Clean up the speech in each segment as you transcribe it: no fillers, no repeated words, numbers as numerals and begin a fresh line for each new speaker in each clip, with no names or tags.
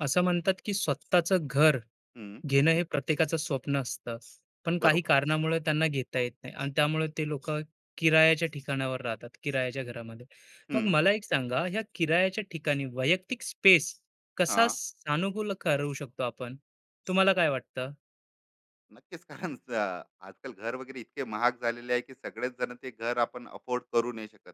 असं म्हणतात की स्वतःचं घर
हं,
घेणं हे प्रत्येकाचं स्वप्न असतं. पण काही
बरोबर.
कारणामुळे त्यांना घेता येत नाही आणि त्यामुळे ते लोकं किरायाच्या ठिकाणावर राहतात, किरायाच्या
हं.
घरामध्ये. मग
हं,
मला एक सांगा, ह्या किरायाच्या ठिकाणी वैयक्तिक स्पेस कसा
हां.
सानुकूल करू शकतो आपण? तुम्हाला काय वाटतं?
नक्कीच कारण आजकाल घर वगैरे इतके महाग झालेले आहे, की सगळेच जण ते घर आपण अफोर्ड करू नाही शकत.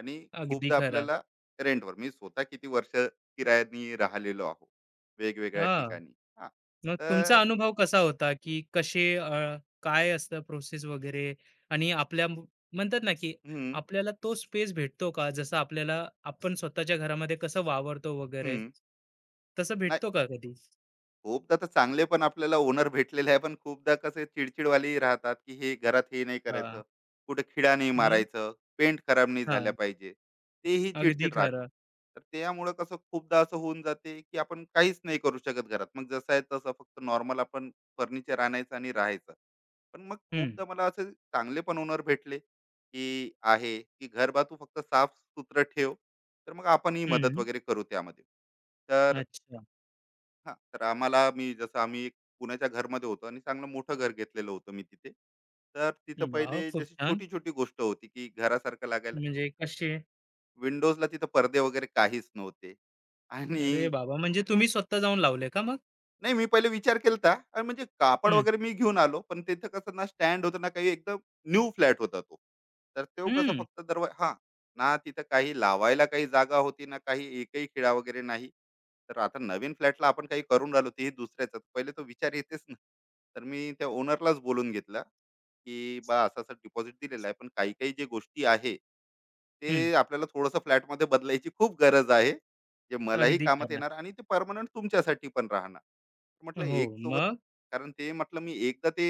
आणि
अगदी
खूपदा
खरं.
आपल्याला रेंटवर, मी स्वतः किती वर्ष किरायाने राहिलेलो आहो, वेगवेगळ्या
हां.
ठिकाणी. हां,
मग तुमचा
तर
अनुभव कसा होता, की कसे काय असतं प्रोसेस वगैरे आणि म्हणतात ना, की
हं,
आपल्याला तो स्पेस भेटतो का? जसं आपल्याला आपण स्वतःच्या घरामध्ये कसं वावरतो वगैरे,
हं.
तसं
नाही,
भेटतो का कधी?
खूपदा तर चांगले पण आपल्याला ओनर भेटलेले आहे, पण खूपदा कसे चिडचिडवालेही राहतात की हे घरात हे नाही
हां.
करायचं, कुठे खिडा नाही
मग?
मारायचं, पेंट खराब नाही झाल्या
हां.
पाहिजे, तेही
अगदी
चिडचिड राहते.
खरं.
तर त्यामुळं कसं खूपदा असं होऊन जाते की आपण काहीच नाही करू शकत घरात, मग जसं आहे तसं फक्त नॉर्मल आपण फर्निचर आणायचं आणि राहायचं. पण मग
हं,
खूपदा मला असे चांगले पण ओनर भेटले की आहे की घर, बा तू फक्त साफ सुथरं ठेव, तर मग आपणही मदत
हं.
वगैरे करू त्यामध्ये. तर
अच्छा.
हां, तर आम्हाला, मी जसं, आम्ही एक पुण्याच्या घरमध्ये होतो आणि चांगलं मोठं घर घेतलेलं होतं मी तिथे. तर तिथं
वाह!
पहिले
खूप
जशी
छान.
छोटी-छोटी गोष्ट होती, की घरासारखं लागायला,
म्हणजे कसे?
विंडोजला तिथं पडदे वगैरे काहीच नव्हते.
अरे
आणि
बाबा! म्हणजे
हां,
तुम्ही स्वतः जाऊन लावले का मग?
नाही, मी पहिले विचार केलता आणि म्हणजे कापड
हं,
वगैरे मी घेऊन आलो, पण तिथं कसं ना स्टँड होतं ना काही, एकदम न्यू फ्लॅट होता तो. तर तो कसं,
हं,
फक्त दरवा, हां, ना तिथं काही लावायला काही जागा होती, ना काही एकही खिळा वगैरे नाही. तर आता नवीन फ्लॅटला आपण काही करून राहिलो, तेही दुसऱ्याचं, तर पहिले तो विचार येतेच ना. तर मी त्या ओनरलाच बोलून घेतलं, की "बा असं-असं डिपॉझिट दिलेलं आहे, पण काही-काही जे गोष्टी आहे,
हं.
ते आपल्याला थोडंसं फ्लॅटमध्ये बदलायची खूप गरज आहे. जे मलाही
अगदी
कामात
खरं.
येणार आणि ते परमनंट तुमच्यासाठी पण राहणार." म्हटलं
हो.
एक सोबत,
मग?
कारण ते म्हटलं मी एकदा ते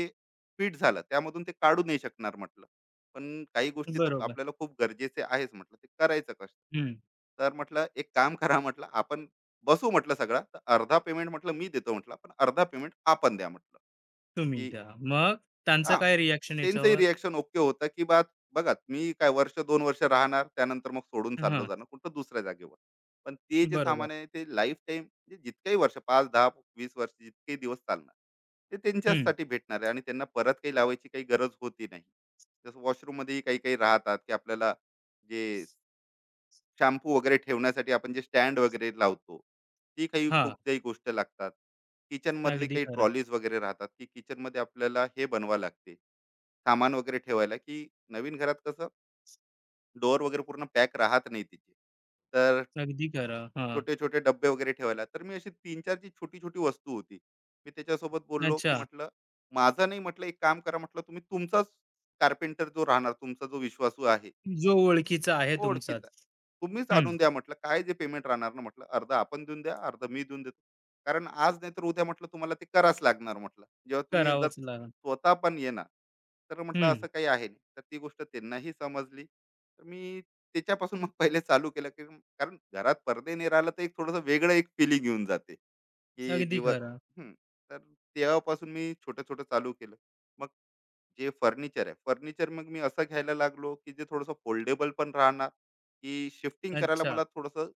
फिट झालं त्यामधून ते काढू नाही शकणार म्हटलं. पण काही गोष्टी तर
बरोबर.
आपल्याला खूप गरजेचे आहेच म्हटलं, ते करायचं कसं?
हं.
तर म्हटलं एक काम करा म्हटलं, आपण बसू म्हटलं, सगळा तर अर्धा पेमेंट म्हटलं मी देतो म्हटलं, पण अर्धा पेमेंट आपण द्या म्हटलं
तुम्ही
की.
द्या. मग त्यांचं
हां,
काय रिएक्शन
त्यांचंही
याच्यावर?
रिएक्शन ओके होतं, की बा बघा मी काय वर्ष दोन वर्ष राहणार, त्यानंतर मग सोडून चाललो
हां,
जाणार कुठं दुसऱ्या जागेवर. पण ते जे
बरोबर.
सामान आहे ते लाईफटाईम, म्हणजे जितकेही वर्ष 5, 10, वीस वर्ष, जितकेही दिवस चालणार, ते
हं.
त्यांच्याचसाठी भेटणार आहे आणि त्यांना परत काही लावायची काही गरज होती नाही. जसं वॉशरूममध्येही काही-काही राहतात, की आपल्याला जे शॅम्पू वगैरे ठेवण्यासाठी आपण जे स्टँड वगैरे लावतो, ती काही
हां,
खूप काही गोष्ट लागतात. किचनमधली
अगदी
काही
खरं.
ट्रॉलीज वगैरे राहतात, की किचनमध्ये आपल्याला हे बनवा लागते, सामान वगैरे ठेवायला, की नवीन घरात कसं डोअर वगैरे पूर्ण पॅक राहत नाही तिची. तर
अगदी खरं. हां.
छोटे-छोटे डब्बे वगैरे ठेवायला. तर मी अशी 3-4 जी छोटी-छोटी वस्तू होती, मी त्याच्यासोबत बोललो, की
अच्छा.
म्हटलं, "माझं नाही म्हटलं, एक काम करा म्हटलं, तुम्ही तुमचाच कार्पेंटर जो राहणार, तुमचा जो विश्वासू आहे,
जो ओळखीचा आहे
ओळखीचा
तुमचाच.
आहे. तुम्हीच
हं.
आणून द्या म्हटलं, काय जे पेमेंट राहणार ना म्हटलं, अर्धा आपण देऊन द्या, अर्धा मी देऊन देतो. कारण आज नाही तर उद्या म्हटलं तुम्हाला ते करावंच लागणार म्हटलं, जेव्हा तुम्ही जर
करावंच लागेल.
स्वतः पण येणार. तर म्हटलं
हं.
असं काही आहे नाही, तर ती गोष्ट त्यांनाही समजली. तर मी त्याच्यापासून मग पहिले चालू केलं की, कारण घरात पडदे नाही राहिला तर एक थोडंसं वेगळं एक फिलिंग येऊन जाते की
अगदी
दिवस,
खरं.
हम्म. तर तेव्हापासून मी छोटं छोटं चालू केलं. मग जे फर्निचर आहे, फर्निचर मग मी असं घ्यायला लागलो की जे थोडंसं फोल्डेबल पण राहणार, की शिफ्टिंग करायला
अच्छा.
मला थोडंसं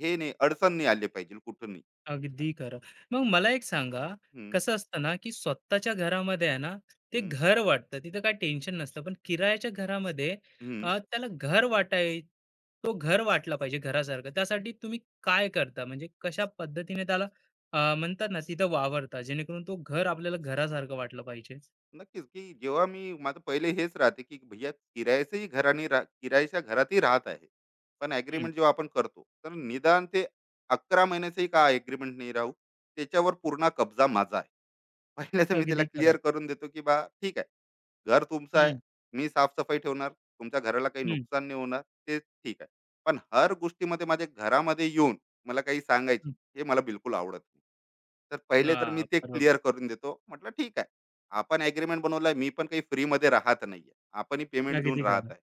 हे नाही, अडचण नाही आली पाहिजे कुठूनही.
अगदी खरं. मग मला एक सांगा,
हम्म,
कसं असतं ना, की स्वतःच्या घरामध्ये आहे ना, ते
हम्म,
घर वाटतं, तिथं काही टेन्शन नसतं. पण किरायाच्या घरामध्ये
हम्म.
अ, त्याला घर वाटाय तो घर वाटला पाहिजे घरासारखं. त्यासाठी तुम्ही काय करता? म्हणजे कशा पद्धतीने त्याला म्हणतात ना, तिथं वावरता, जेणेकरून तो घर आपल्याला घरासारखं वाटलं पाहिजे?
नक्कीच, की जेव्हा मी माझं पहिले हेच राहते की भैया, किरायच्या घरातही राहत आहे, पण
हं,
ऍग्रीमेंट जेव्हा आपण करतो तर निदान ते 11 महिन्याचंही का ऍग्रीमेंट नाही राहू, त्याच्यावर पूर्ण कब्जा माझा. पहिलं तर मी त्याला
अगदी खरं.
क्लिअर करून देतो, की "बा ठीक आहे, घर तुमचं आहे.
हं,
मी साफ-सफाई ठेवणार. तुमच्या घराला काही
हं,
नुकसान नाही होणार, ते ठीक आहे. पण हर गोष्टीमध्ये माझ्या घरामध्ये येऊन मला काही सांगायची,
हं.
हे मला बिलकुल आवडत नाही." तर पहिले तर मी
हां,
ते
बरोबर.
क्लिअर करून देतो. म्हटलं, "ठीक आहे. आपण एग्रीमेंट बनवला, मी पण काही फ्रीमध्ये राहत नाही, आपणही पेमेंट देऊन
अगदी
राहत
खरं.
आहे."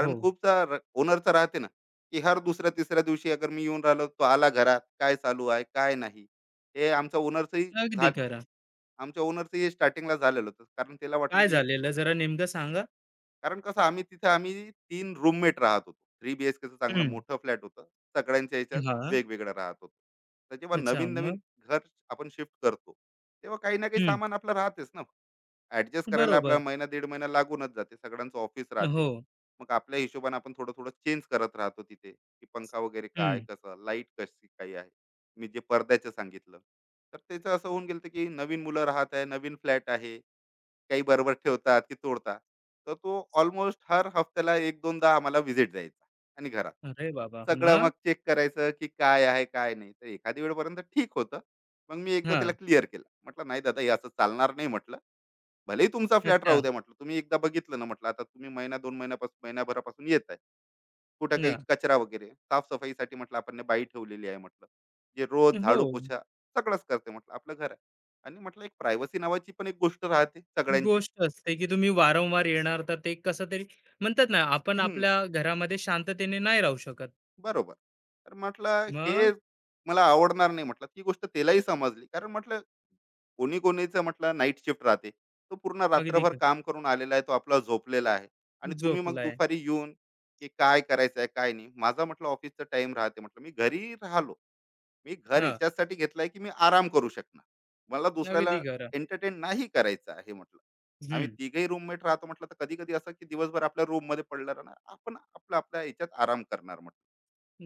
हो,
खूपदा ओनरचं राहते ना, की हर दुसऱ्या-तिसऱ्या दिवशी अगर मी येऊन राहिलो, तो आला घरात, "काय चालू आहे? काय नाही?" हे आमचा ओनरचंही,
अगदी खरं.
आमच्या ओनरचं हे स्टार्टिंगला झालेलं होतं. कारण त्याला वाटलं,
काय
की
झालेलं जरा नेमकं सांगा?
कारण कसं, आम्ही तिथं 3 रूममेट राहत होतो. 3 बीएचकेचं चांगलं
हं.
मोठं फ्लॅट होतं. सगळ्यांच्या ह्याच्यात
हां.
वेगवेगळं राहत होतो. तर जेव्हा
अच्छा,
नवीन-नवीन
मग?
घर आपण शिफ्ट करतो, तेव्हा काही ना काही
हं,
सामान आपलं राहतेच ना. ॲडजस्ट करायला आपला
बरोबर.
महिना, दीड महिना लागूनच जाते. सगळ्यांचं ऑफिस राहते.
हो.
मग आपल्या हिशोबाने आपण थोडं-थोडं चेंज करत राहतो तिथे, की पंखा वगैरे काय,
हं.
कसं, लाईट कशी काही आहे. मी जे पडद्याचं सांगितलं, तर त्याचं असं होऊन गेलं, होतं की नवीन मुलं राहत आहे, नवीन फ्लॅट आहे. काही बरोबर ठेवतात की तोडतात, तर तो ऑलमोस्ट हर हफ्त्याला एक दोनदा आम्हाला व्हिजिट द्यायचा आणि घरात
अरे बाबा!
सगळं मग
मग?
चेक करायचं की काय आहे, काय नाही. तर एखादी वेळपर्यंत ठीक होतं. मग मी एकदा तिला
हां.
क्लिअर केलं, म्हटलं नाही दादा, हे असं चालणार नाही म्हटलं. भलेही तुमचा फ्लॅट
अच्छा.
राहू द्या म्हटलं, तुम्ही एकदा बघितलं ना म्हटलं, आता तुम्ही महिना दोन महिन्यापासून, महिनाभरापासून येत आहे, कुठं काही
हां.
कचरा वगैरे साफसफाईसाठी म्हटलं आपण ने बाई ठेवलेली आहे म्हटलं, जे रोज
हो.
झाडू पोछा सगळंच करते म्हटलं, आपलं घर आहे. आणि म्हटलं एक प्रायव्हसी नावाची पण एक गोष्ट राहते सगळ्यांची.
गोष्ट असते, की तुम्ही वारंवार येणार तर ते कसं तरी म्हणतात ना, आपण
हम्म,
आपल्या घरामध्ये शांततेने नाही राहू शकत.
बरोबर. तर म्हटलं हे
मग
मला आवडणार नाही म्हटलं. ती गोष्ट त्यालाही समजली. कारण म्हटलं कोणी कोणीचं म्हटलं नाईट शिफ्ट राहते. तो पूर्ण
अगदी
रात्रभर
ख
काम करून आलेला आहे. तो आपला झोपलेला आहे आणि तुम्ही मग
झोपलाय.
दुपारी येऊन की काय करायचं आहे, काय नाही. माझा म्हटलं ऑफिसचा टाइम राहते म्हटलं. मी घरी राहिलो, मी घर
हां,
याच्यासाठी घेतलाय की मी आराम करू शकणार. मला
अगदी
दुसऱ्याला
खरं.
एंटरटेन नाही करायचं आहे म्हटलं. आम्ही
हं,
तिघही रूममेट राहतो म्हटलं, तर कधी कधी असं की दिवसभर आपल्या रूम मध्ये पडलं राहणार, आपण आपला आपल्या याच्यात आराम करणार म्हटलं.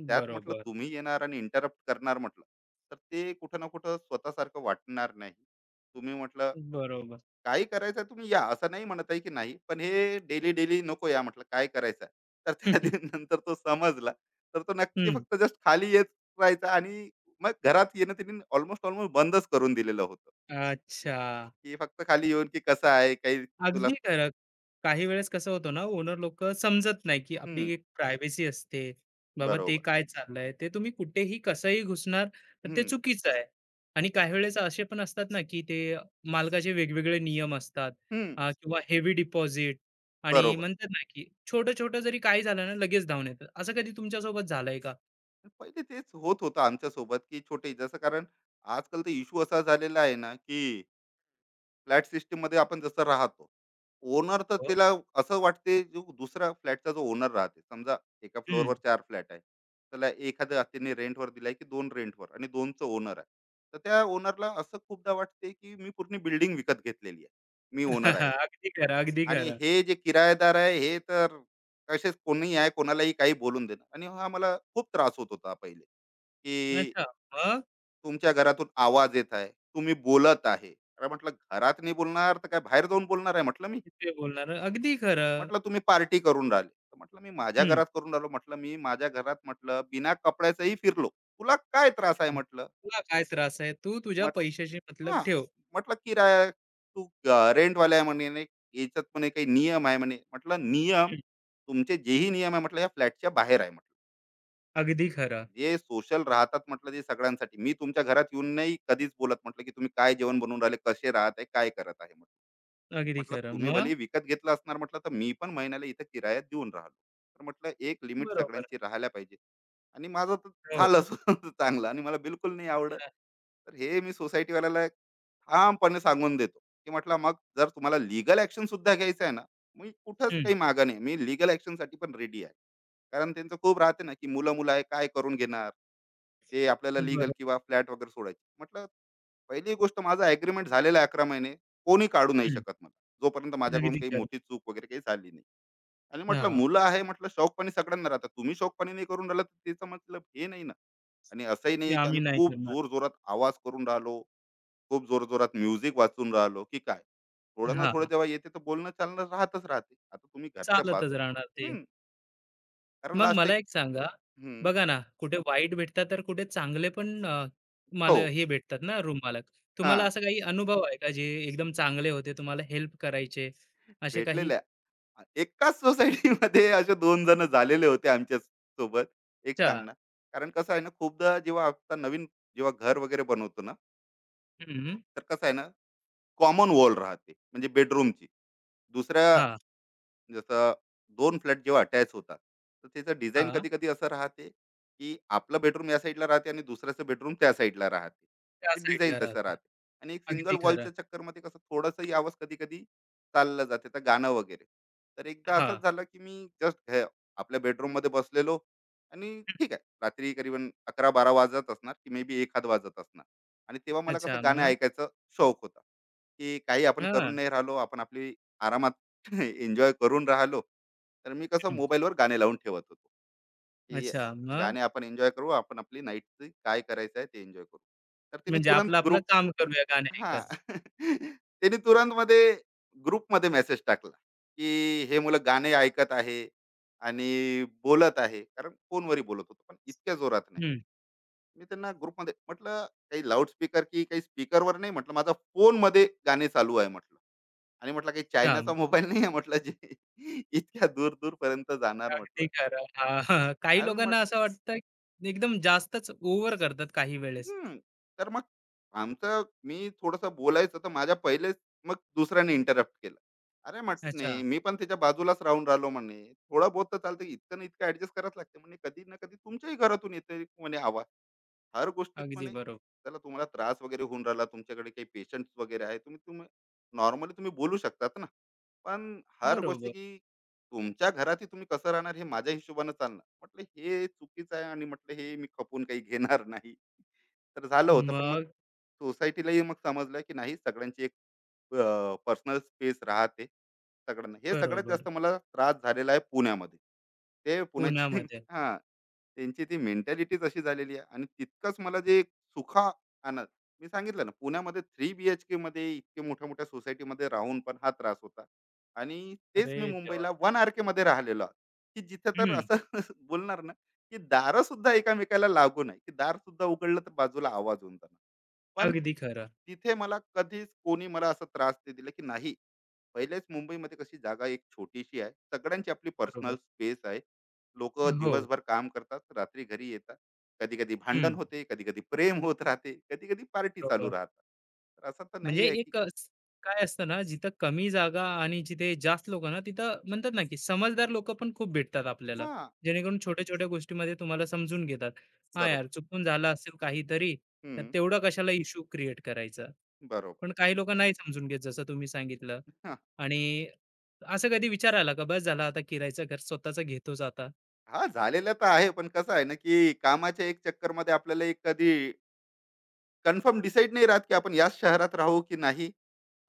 त्यात म्हटलं
बरोबर,
तुम्ही येणार आणि इंटरप्ट करणार म्हटलं, तर ते कुठं ना कुठं स्वतःसारखं वाटणार नाही तुम्ही म्हटलं.
बरोबर.
काही करायचं तुम्ही या, असं नाही म्हणत आहे की नाही. पण हे डेली, डेली नको या म्हटलं, काय करायचं आहे. तर त्या दिन नंतर तो समजला. तर तो नक्की
हं.
फक्त जस्ट खाली येत राहायचा आणि मग घरात येणं त्यांनी ऑलमोस्ट बंदच करून दिलेलं होतं,
अच्छा.
की फक्त खाली येऊन की कसं आहे, काही तुला.
अगदी खरं. काही वेळेस कसं होतं ना, ओनर लोकं समजत नाही, की आपली
हं,
एक प्रायव्हसी असते. बाबा ते
बरोबर.
काय चाललंय, ते तुम्ही कुठेही कसंही घुसणार, तर ते
हं,
चुकीचं आहे. आणि
खूप.
काही वेळेस असे पण असतात ना, की ते मालकाचे वेगवेगळे नियम असतात,
हं,
किंवा हेवी डिपॉझिट, आणि
बरोबर.
म्हणतात ना, की छोटं-छोटं जरी काही झालं ना, लगेच धावून येतात. असं कधी तुमच्यासोबत झालंय का?
पहिले तेच होत होतं आमच्यासोबत, की छोटे जसं कारण आजकाल तर इश्यू असा झालेला आहे ना, की फ्लॅट सिस्टीम मध्ये आपण जसं राहतो, ओनर तर
हो.
त्याला असं वाटते, जो दुसरा फ्लॅटचा जो ओनर राहते समजा एका
हं.
फ्लोअरवर चार फ्लॅट आहे त्याला, एखाद्या त्यांनी रेंटवर दिलाय की दोन रेंटवर आणि दोनचं ओनर आहे, तर त्या ओनरला असं खूपदा वाटते की मी पूर्ण बिल्डिंग विकत घेतलेली आहे, मी ओनर आहे.
अगदी खरं, अगदी
आणि
खरं.
हे जे किरायेदार आहे हे तर असेच कोणी आहे, कोणालाही काही बोलून देणार. आणि हा मला खूप त्रास होत होता पहिले, की
अच्छा. मग?
तुमच्या घरातून आवाज येत आहे, तुम्ही बोलत आहे. अरे म्हटलं घरात नाही बोलणार तर काय बाहेर जाऊन बोलणार आहे म्हटलं मी.
ते बोलणार. अगदी खरं.
म्हटलं तुम्ही पार्टी करून राहिले, तर म्हटलं मी माझ्या घरात करून राहिलो म्हटलं, मी माझ्या घरात म्हटलं बिना कपड्याचंही फिरलो. तुला काय त्रास आहे
हं.
म्हटलं?
तुला काय त्रास आहे? तू तुझ्या
मट
पैशाशी मतलब
हां.
ठेव.
म्हटलं किराया तू अ, आहे म्हणे नाही, याच्यात म्हणे काही नियम आहे म्हणे. म्हटलं नियम?
हं.
तुमचे जेही नियम आहे म्हटलं या फ्लॅटच्या बाहेर आहे म्हटलं.
अगदी खरं,
जे सोशल राहतात म्हटलं ते सगळ्यांसाठी, मी तुमच्या घरात येऊन नाही कधीच बोलत म्हटलं की तुम्ही काय जेवण बनवून राहिले, कसे राहत आहे, काय करत आहे म्हटलं.
अगदी
म्हटलं
खरं.
तुम्ही
मग
भले विकत घेतलं असणार म्हटलं, तर मी पण महिन्याला इथं किरायात देऊन राहिलो. तर म्हटलं एक लिमिट
बरोबर.
सगळ्यांची राहायला पाहिजे. आणि माझं तर
हो.
झालं चांगलं, आणि मला बिलकुल नाही आवडत.
हां.
तर हे मी सोसायटीवाल्याला ठामपणे सांगून देतो, की म्हटलं मग जर तुम्हाला लिगल ऍक्शन सुद्धा घ्यायचं आहे ना, मी कुठंच
हं.
काही मागा नाही, मी लिगल ऍक्शन साठी पण रेडी आहे. कारण त्यांचं खूप राहते ना, की मुलं, मुलं आहे काय करून घेणार, ते आपल्याला लीगल
बरोबर.
किंवा फ्लॅट वगैरे सोडायची. म्हटलं पहिली गोष्ट, माझा ॲग्रीमेंट झालेला आहे 11 महिने. कोणी काढू नाही
हं.
शकत मला. जोपर्यंत माझ्याकडून
अगदी
काही
खरं.
मोठी चूक वगैरे काही झाली नाही. आणि
हां,
म्हटलं
हां.
मुलं आहे म्हटलं, शौकपणी सगळ्यांना राहतात. तुम्ही शौकपणी नाही करून राहिला तर त्याचा मतलब हे नाही ना. आणि असंही
की
नाही की
आम्ही
आम्ही
नाही
खूप
करणार.
जोरजोरात आवाज करून राहिलो, खूप जोरजोरात म्युझिक वाजून राहिलो की काय. थोडं ना
हां,
थोडं
हां.
जेव्हा येते तर बोलणं चालणं राहतच राहते. आता तुम्ही घरच्या
चालतच
बाजू,
राहणार ते.
हं, कारण
मग
लास्ट
मला
टाईम,
एक सांगा, बघा ना, कुठे वाईट भेटतात तर कुठे चांगले पण
हो,
मला हे भेटतात ना रूम मालक. तुम्हाला
हां,
असा काही अनुभव आहे का जे एकदम चांगले होते, तुम्हाला हेल्प करायचे? असे काही?
भेटलेल्या एकाच सोसायटीमध्ये असे दोन जण झालेले होते आमच्या सोबत. एक
अच्छा.
सांगणार. कारण कसं आहे ना, खूपदा जेव्हा आता नवीन, जेव्हा घर वगैरे बनवतो ना,
हं.
तर कसं आहे ना, कॉमन वॉल राहते, म्हणजे बेडरूमची. दुसऱ्या
हां,
जसं दोन फ्लॅट जेव्हा अटॅच होतात, तर त्याचं डिझाईन
हां.
कधी कधी असं राहते की आपलं बेडरूम या साईडला राहते आणि दुसऱ्याचं बेडरूम त्या साईडला राहते.
त्या
ते डिझाईन
साइडला
तसं
राहतात.
राहते आणि एक
अगदी
सिंगल
खरं.
वॉलच्या चक्करमध्ये कसं थोडंसंही आवाज कधी कधी चाललं जाते, तर गाणं वगैरे. तर एकदा
हां.
असंच झालं की मी जस्ट आपल्या बेडरूममध्ये बसलेलो आणि ठीक आहे, रात्री करीबन 11-12 वाजत असणार की मे बी एखाद वाजत असणार. आणि तेव्हा मला कसं
अच्छा
गाणं
मग?
ऐकायचं शौक होता, की काही आपण करून
हां.
नाही राहिलो, आपण आपली आरामात एन्जॉय करून राहिलो. तर मी कसं
हं.
मोबाईलवर गाणे लावून ठेवत होतो की
अच्छा मग?
गाणे आपण एन्जॉय करू, आपण आपली नाईटची काय करायचं आहे ते एन्जॉय करू. तर तिने
म्हणजे
तुरंत
आपलं आपलं
ग्रुप,
काम करूया गाणे
हा
ऐकत.
त्याने तुरंत मध्ये ग्रुप मध्ये मेसेज टाकला की हे मुलं गाणे ऐकत आहे आणि बोलत आहे, कारण फोनवरही बोलत होतो पण इतक्या जोरात नाही.
हं.
मी त्यांना ग्रुपमध्ये म्हटलं, काही लाऊडस्पीकर की काही स्पीकरवर नाही, म्हटलं माझा फोनमध्ये गाणे चालू आहे म्हटलं. आणि म्हटलं काही चायनाचा
हां.
मोबाईल नाही आहे म्हटलं, जे इतक्या दूर दूर दूरपर्यंत जाणार
अगदी
म्हटलं.
खरं. हां, हां. काही
आणि
लोकांना
म्हटलं,
असं वाटतं की एकदम जास्तच ओव्हर करतात काही वेळेस.
हं. तर मग आमचं, मी थोडंसं बोलायचं तर माझ्या पहिलेच मग दुसऱ्याने इंटरप्ट केलं. "अरे,"
अच्छा.
म्हणे, "मी पण त्याच्या बाजूलाच राहून राहिलो," म्हणे, "थोडं बहुत तर चालतं, इतकं ना इतकं ॲडजस्ट करावंच लागते," म्हणे, "कधी ना कधी तुमच्याही घरातून येते," म्हणे, "आवाज." हर गोष्टीत
अगदी
म्हणे
बरोबर.
त्याला, तुम्हाला त्रास वगैरे होऊन राहिला, तुमच्याकडे काही पेशंट्स वगैरे आहे, तुम्ही तुम्ही नॉर्मली तुम्ही बोलू शकतात ना. पण हर गोष्टी
बरोबर.
की तुमच्या घरातही तुम्ही कसं राहणार हे माझ्या हिशोबानं चालणार, म्हटलं हे चुकीचं आहे आणि म्हटलं हे मी खपून काही घेणार नाही. तर झालं होतं, पण मग
मग
सोसायटीलाही मग समजलं की नाही, सगळ्यांची एक पर्सनल स्पेस राहते. सगळ्यांना हे, सगळ्यात
बरोबर.
जास्त मला त्रास झालेला आहे पुण्यामध्ये. ते पुण्याची
पुण्यामध्ये.
हा, त्यांची ती मेंटॅलिटीच अशी झालेली आहे. आणि तितकंच मला जे सुखा, आनंद, मी सांगितलं ना, पुण्यामध्ये 3BHK मध्ये इतके मोठ्या मोठ्या सोसायटीमध्ये राहून पण हा त्रास होता. आणि तेच मी
अरे देवा!
मुंबईला 1RK मध्ये राहिलेलो आहे, की जिथं तर
हं.
असं बोलणार ना की दारं सुद्धा एकमेकाला लागू नाही, की दार सुद्धा उघडलं तर बाजूला आवाज होऊन जाणार. पण
अगदी खरं.
तिथे मला कधीच कोणी मला असा त्रास नाही दिला, की नाही, पहिलेच मुंबईमध्ये कशी जागा एक छोटीशी आहे, सगळ्यांची आपली पर्सनल
बरोबर.
स्पेस आहे. लोक
हो.
दिवसभर काम करतात, रात्री घरी येतात. कधी कधी भांडण
हं.
होते, कधी कधी प्रेम होत राहते, कधी कधी पार्टी चालू
बरोबर.
राहतात. तर असं तर
म्हणजे
नाही आहे की.
काय असतं ना जिथं कमी जागा आणि जिथे जास्त लोक ना तिथं म्हणतात ना की समजदार लोक पण खूप भेटतात आपल्याला,
हा,
जेणेकरून छोट्या छोट्या गोष्टीमध्ये तुम्हाला समजून घेतात. हा यार,
बरोबर.
चुकून झालं असेल काहीतरी, तर
हम्म,
तेवढा कशाला इश्यू क्रिएट करायचा?
बरोबर.
पण काही लोक नाही समजून घेत जसं तुम्ही सांगितलं.
हा.
आणि असं कधी विचार आला का, बस झाला आता, किरायचं घर, स्वतःच घेतोच आता?
हा, झालेलं तर आहे, पण कसं आहे ना की कामाच्या एक चक्कर मध्ये आपल्याला एक कधी कन्फर्म डिसाईड नाही राहत की आपण याच शहरात राहू की नाही.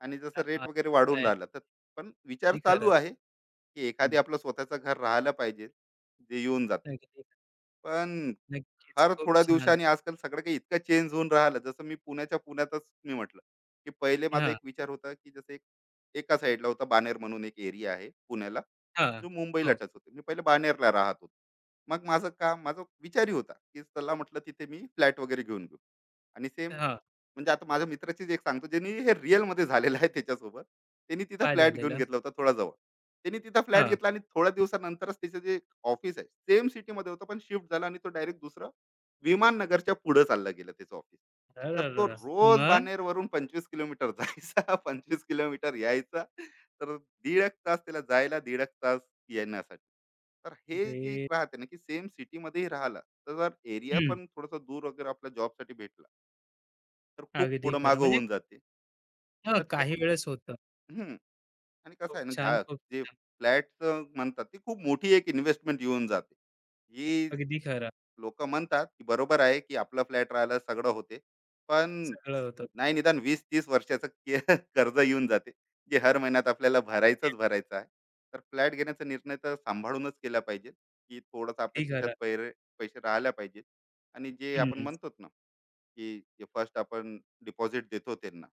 आणि जसं
हा,
रेट वगैरे वाढून
ते
राहिला तर. पण विचार
अगदी
चालू
खरं.
आहे की एखादी
हम्म.
आपलं स्वतःचं घर राहायला पाहिजे, जे येऊन जाते.
नक्की-
पण
नक्कीच
हर
खूप
थोड्या
छान.
दिवसांनी आजकाल सगळं काही इतकं चेंज होऊन राहिलं. जसं मी पुण्याच्या, पुण्यातच मी म्हटलं की पहिले माझा
हा.
एक विचार होता की जसं एक, एका साईडला होता, बानेर म्हणून एक एरिया आहे पुण्याला,
हा.
जो मुंबईला
हो.
टच होते. मी पहिले बानेरला राहत होतो. मग माझं काम, माझा विचारही होता की चला म्हटलं तिथे मी फ्लॅट वगैरे घेऊन घेऊ. आणि सेम,
हा.
म्हणजे आता माझ्या मित्राचीच एक सांगतो, ज्यांनी हे रिअल मध्ये झालेलं आहे त्याच्यासोबत. त्यांनी तिथं
काय
फ्लॅट घेऊन
झालेलं?
घेतला होता, थोडा जवळ. त्यांनी तिथं फ्लॅट
हां.
घेतला आणि थोड्या दिवसानंतरच त्याचं जे ऑफिस आहे, सेम सिटीमध्ये होतं पण शिफ्ट झाला आणि तो डायरेक्ट दुसरं विमान नगरच्या पुढे चाललं गेलं त्याचं ऑफिस.
तर
तर तो रोज
मग?
बानेरवरून 25 किलोमीटर जायचा, 25 किलोमीटर यायचा. तर दीड एक तास त्याला जायला, दीड एक तास येण्यासाठी. तर हे जे एक
ते
राहते ना की सेम सिटीमध्येही राहिला, तर एरिया
हं.
पण थोडासा दूर वगैरे आपल्या जॉबसाठी भेटला, तर खूप
अगदी
पुढं
खरं.
मागं
म्हणजे
होऊन जाते.
हां,
तर ते,
काही वेळेस होतं.
हं. आणि कसं
खूप
आहे ना,
छान, खूप
जे
छान.
फ्लॅटचं म्हणतात, ती खूप मोठी एक इन्व्हेस्टमेंट येऊन जाते. ही
अगदी खरं.
लोकं म्हणतात, की बरोबर आहे, की आपला फ्लॅट राहायला सगळं होते. पण
सगळं होतं.
नाही, निदान 20-30 वर्षाचं कर्ज येऊन जाते, जे हर महिन्यात आपल्याला भरायचंच भरायचं आहे. तर फ्लॅट घेण्याचा निर्णय तर सांभाळूनच केला पाहिजे, की थोडंसं आपल्या
अगदी
खिशात
खरं.
पैसे राहायला पाहिजे. आणि जे आपण
हं.
म्हणतो ना, की जे फर्स्ट आपण डिपॉझिट देतो त्यांना,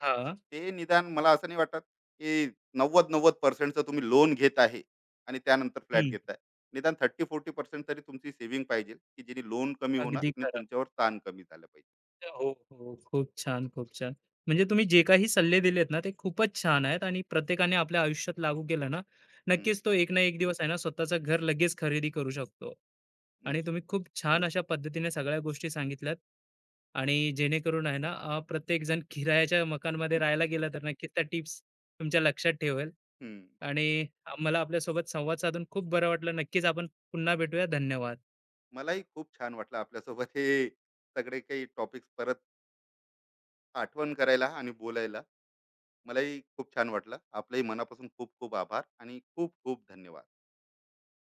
हां.
ते निदान मला असं नाही वाटत की नव्वद नव्वद पर्सेंटचं तुम्ही लोन घेत आहे आणि त्यानंतर फ्लॅट
हं.
घेताय. निदान 30-40% तरी तुमची सेव्हिंग पाहिजे, की जेणे लोन कमी होणार
अगदी
आणि
खरं.
तुमच्यावर ताण कमी झालं पाहिजे.
हो, हो. खूप छान, खूप छान. म्हणजे तुम्ही जे काही सल्ले दिलेत ना, ते खूपच छान आहेत आणि प्रत्येकाने आपल्या आयुष्यात लागू केलं ना,
हम्म,
नक्कीच तो एक ना एक दिवस आहे ना, स्वतःचं घर लगेच खरेदी करू शकतो. आणि
नक्की.
तुम्ही खूप छान अशा पद्धतीने सगळ्या गोष्टी सांगितल्यात आणि जेणेकरून आहे ना, प्रत्येकजण किरायाच्या मकानमध्ये राहायला गेला तर नक्कीच त्या टिप्स तुमच्या लक्षात ठेवेल.
हम्म.
आणि मला आपल्यासोबत संवाद साधून खूप बरं वाटलं. नक्कीच आपण पुन्हा भेटूया. धन्यवाद.
मलाही खूप छान वाटलं आपल्यासोबत हे सगळे काही टॉपिक्स परत आठवण करायला आणि बोलायला. मलाही खूप छान वाटलं. आपलंही मनापासून खूप खूप आभार आणि खूप खूप धन्यवाद.